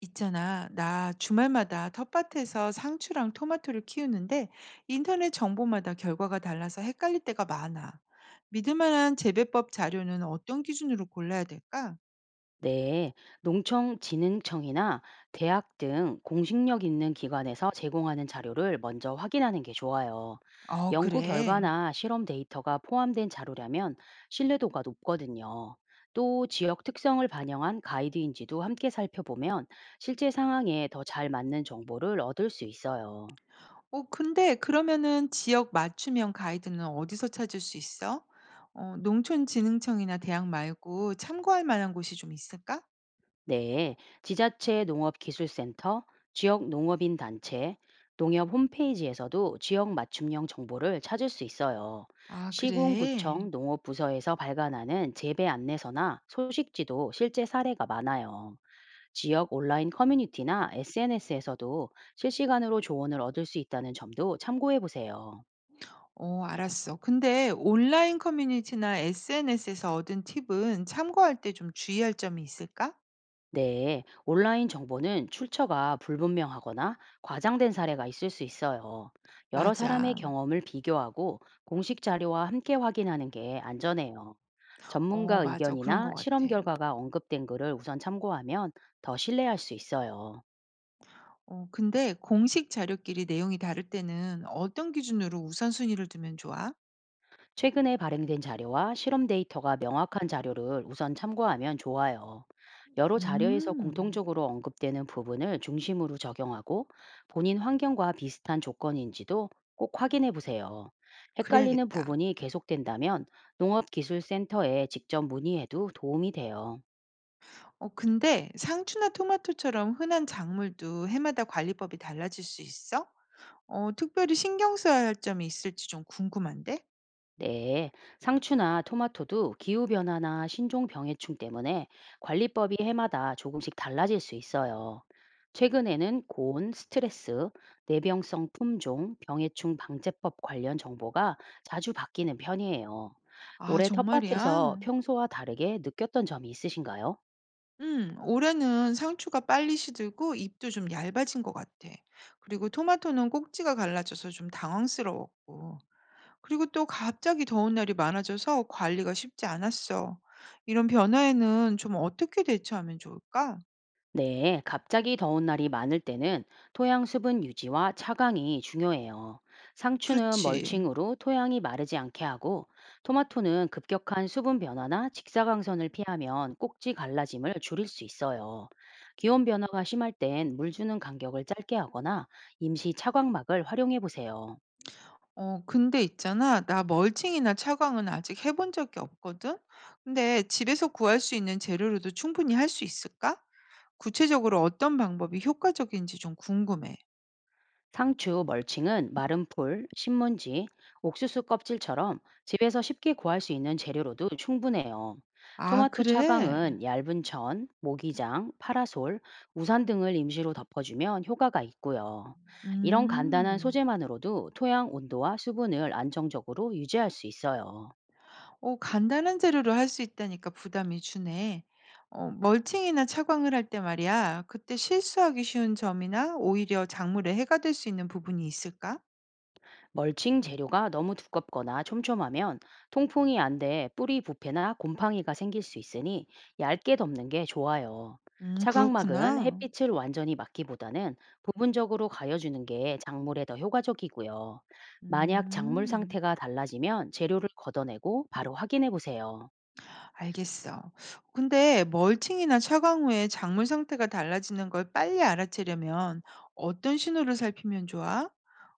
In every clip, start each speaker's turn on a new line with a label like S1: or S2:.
S1: 있잖아, 나 주말마다 텃밭에서 상추랑 토마토를 키우는데 인터넷 정보마다 결과가 달라서 헷갈릴 때가 많아. 믿을 만한 재배법 자료는 어떤 기준으로 골라야 될까?
S2: 네, 농촌진흥청이나 대학 등 공식력 있는 기관에서 제공하는 자료를 먼저 확인하는 게 좋아요.
S1: 어,
S2: 연구
S1: 그래.
S2: 결과나 실험 데이터가 포함된 자료라면 신뢰도가 높거든요. 또 지역 특성을 반영한 가이드인지도 함께 살펴보면 실제 상황에 더 잘 맞는 정보를 얻을 수 있어요.
S1: 근데 그러면은 지역 맞춤형 가이드는 어디서 찾을 수 있어? 어, 농촌진흥청이나 대학 말고 참고할 만한 곳이 좀 있을까?
S2: 네, 지자체 농업기술센터, 지역 농업인 단체, 농협 홈페이지에서도 지역 맞춤형 정보를 찾을 수 있어요.
S1: 아, 그래.
S2: 시군구청 농업부서에서 발간하는 재배 안내서나 소식지도 실제 사례가 많아요. 지역 온라인 커뮤니티나 SNS에서도 실시간으로 조언을 얻을 수 있다는 점도 참고해 보세요.
S1: 어, 알았어. 근데 온라인 커뮤니티나 SNS에서 얻은 팁은 참고할 때 좀 주의할 점이 있을까?
S2: 네, 온라인 정보는 출처가 불분명하거나 과장된 사례가 있을 수 있어요. 여러 사람의
S1: 맞아.
S2: 경험을 비교하고 공식 자료와 함께 확인하는 게 안전해요.
S1: 어,
S2: 전문가
S1: 맞아. 그런
S2: 의견이나
S1: 것
S2: 실험
S1: 같아.
S2: 결과가 언급된 글을 우선 참고하면 더 신뢰할 수 있어요.
S1: 근데 공식 자료끼리 내용이 다를 때는 어떤 기준으로 우선순위를 두면 좋아?
S2: 최근에 발행된 자료와 실험 데이터가 명확한 자료를 우선 참고하면 좋아요. 여러 자료에서
S1: 음,
S2: 공통적으로 언급되는 부분을 중심으로 적용하고 본인 환경과 비슷한 조건인지도 꼭 확인해 보세요. 헷갈리는
S1: 그래야겠다.
S2: 부분이 계속된다면 농업기술센터에 직접 문의해도 도움이 돼요.
S1: 근데 상추나 토마토처럼 흔한 작물도 해마다 관리법이 달라질 수 있어? 특별히 신경 써야 할 점이 있을지 좀 궁금한데?
S2: 네, 상추나 토마토도 기후변화나 신종병해충 때문에 관리법이 해마다 조금씩 달라질 수 있어요. 최근에는 고온, 스트레스, 내병성 품종, 병해충 방제법 관련 정보가 자주 바뀌는 편이에요.
S1: 아,
S2: 올해 텃밭에서
S1: 정말이야?
S2: 평소와 다르게 느꼈던 점이 있으신가요?
S1: 올해는 상추가 빨리 시들고 잎도 좀 얇아진 것 같아. 그리고 토마토는 꼭지가 갈라져서 좀 당황스러웠고. 그리고 또 갑자기 더운 날이 많아져서 관리가 쉽지 않았어. 이런 변화에는 좀 어떻게 대처하면 좋을까?
S2: 네, 갑자기 더운 날이 많을 때는 토양 수분 유지와 차광이 중요해요. 상추는
S1: 그렇지.
S2: 멀칭으로 토양이 마르지 않게 하고, 토마토는 급격한 수분 변화나 직사광선을 피하면 꼭지 갈라짐을 줄일 수 있어요. 기온 변화가 심할 땐 물 주는 간격을 짧게 하거나 임시 차광막을 활용해 보세요.
S1: 근데 있잖아. 나 멀칭이나 차광은 아직 해본 적이 없거든? 근데 집에서 구할 수 있는 재료로도 충분히 할 수 있을까? 구체적으로 어떤 방법이 효과적인지 좀 궁금해.
S2: 상추, 멀칭은 마른 풀, 신문지, 옥수수 껍질처럼 집에서 쉽게 구할 수 있는 재료로도 충분해요.
S1: 아,
S2: 토마토
S1: 그래?
S2: 차강은 얇은 천, 모기장, 파라솔, 우산 등을 임시로 덮어주면 효과가 있고요. 이런 간단한
S1: 음.
S2: 소재만으로도 토양 온도와 수분을 안정적으로 유지할 수 있어요.
S1: 어, 간단한 재료로 할 수 있다니까 부담이 주네. 어, 멀칭이나 차광을 할 때 말이야. 그때 실수하기 쉬운 점이나 오히려 작물에 해가 될 수 있는 부분이 있을까?
S2: 멀칭 재료가 너무 두껍거나 촘촘하면 통풍이 안돼 뿌리 부패나 곰팡이가 생길 수 있으니 얇게 덮는 게 좋아요.
S1: 음,
S2: 차각막은
S1: 그렇구나.
S2: 햇빛을 완전히 막기보다는 부분적으로 가려주는 게 작물에 더 효과적이고요. 만약 작물
S1: 음.
S2: 상태가 달라지면 재료를 걷어내고 바로 확인해 보세요.
S1: 알겠어. 근데 멀칭이나 차광 후에 작물 상태가 달라지는 걸 빨리 알아채려면 어떤 신호를 살피면 좋아?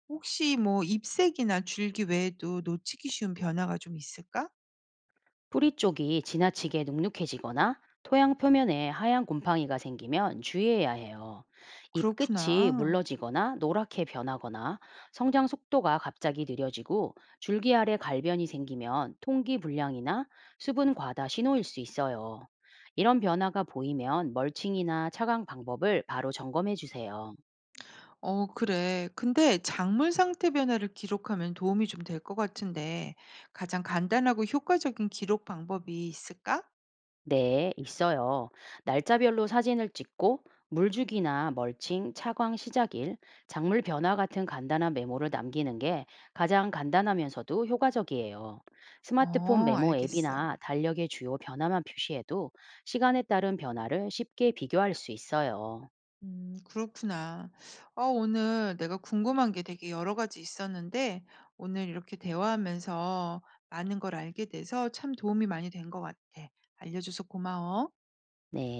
S1: 혹시 뭐 잎색이나 줄기 외에도 놓치기 쉬운 변화가 좀 있을까?
S2: 뿌리 쪽이 지나치게 눅눅해지거나 토양 표면에 하얀 곰팡이가 생기면 주의해야 해요. 잎 끝이
S1: 그렇구나.
S2: 물러지거나 노랗게 변하거나 성장 속도가 갑자기 느려지고 줄기 아래 갈변이 생기면 통기 불량이나 수분 과다 신호일 수 있어요. 이런 변화가 보이면 멀칭이나 차강 방법을 바로 점검해 주세요.
S1: 어, 그래. 근데 작물 상태 변화를 기록하면 도움이 좀 될 것 같은데 가장 간단하고 효과적인 기록 방법이 있을까?
S2: 네, 있어요. 날짜별로 사진을 찍고 물주기나 멀칭, 차광 시작일, 작물 변화 같은 간단한 메모를 남기는 게 가장 간단하면서도 효과적이에요. 스마트폰
S1: 어,
S2: 메모
S1: 알겠어.
S2: 앱이나 달력의 주요 변화만 표시해도 시간에 따른 변화를 쉽게 비교할 수 있어요.
S1: 그렇구나. 어, 오늘 내가 궁금한 게 되게 여러 가지 있었는데 오늘 이렇게 대화하면서 많은 걸 알게 돼서 참 도움이 많이 된 것 같아. 알려줘서 고마워.
S2: 네.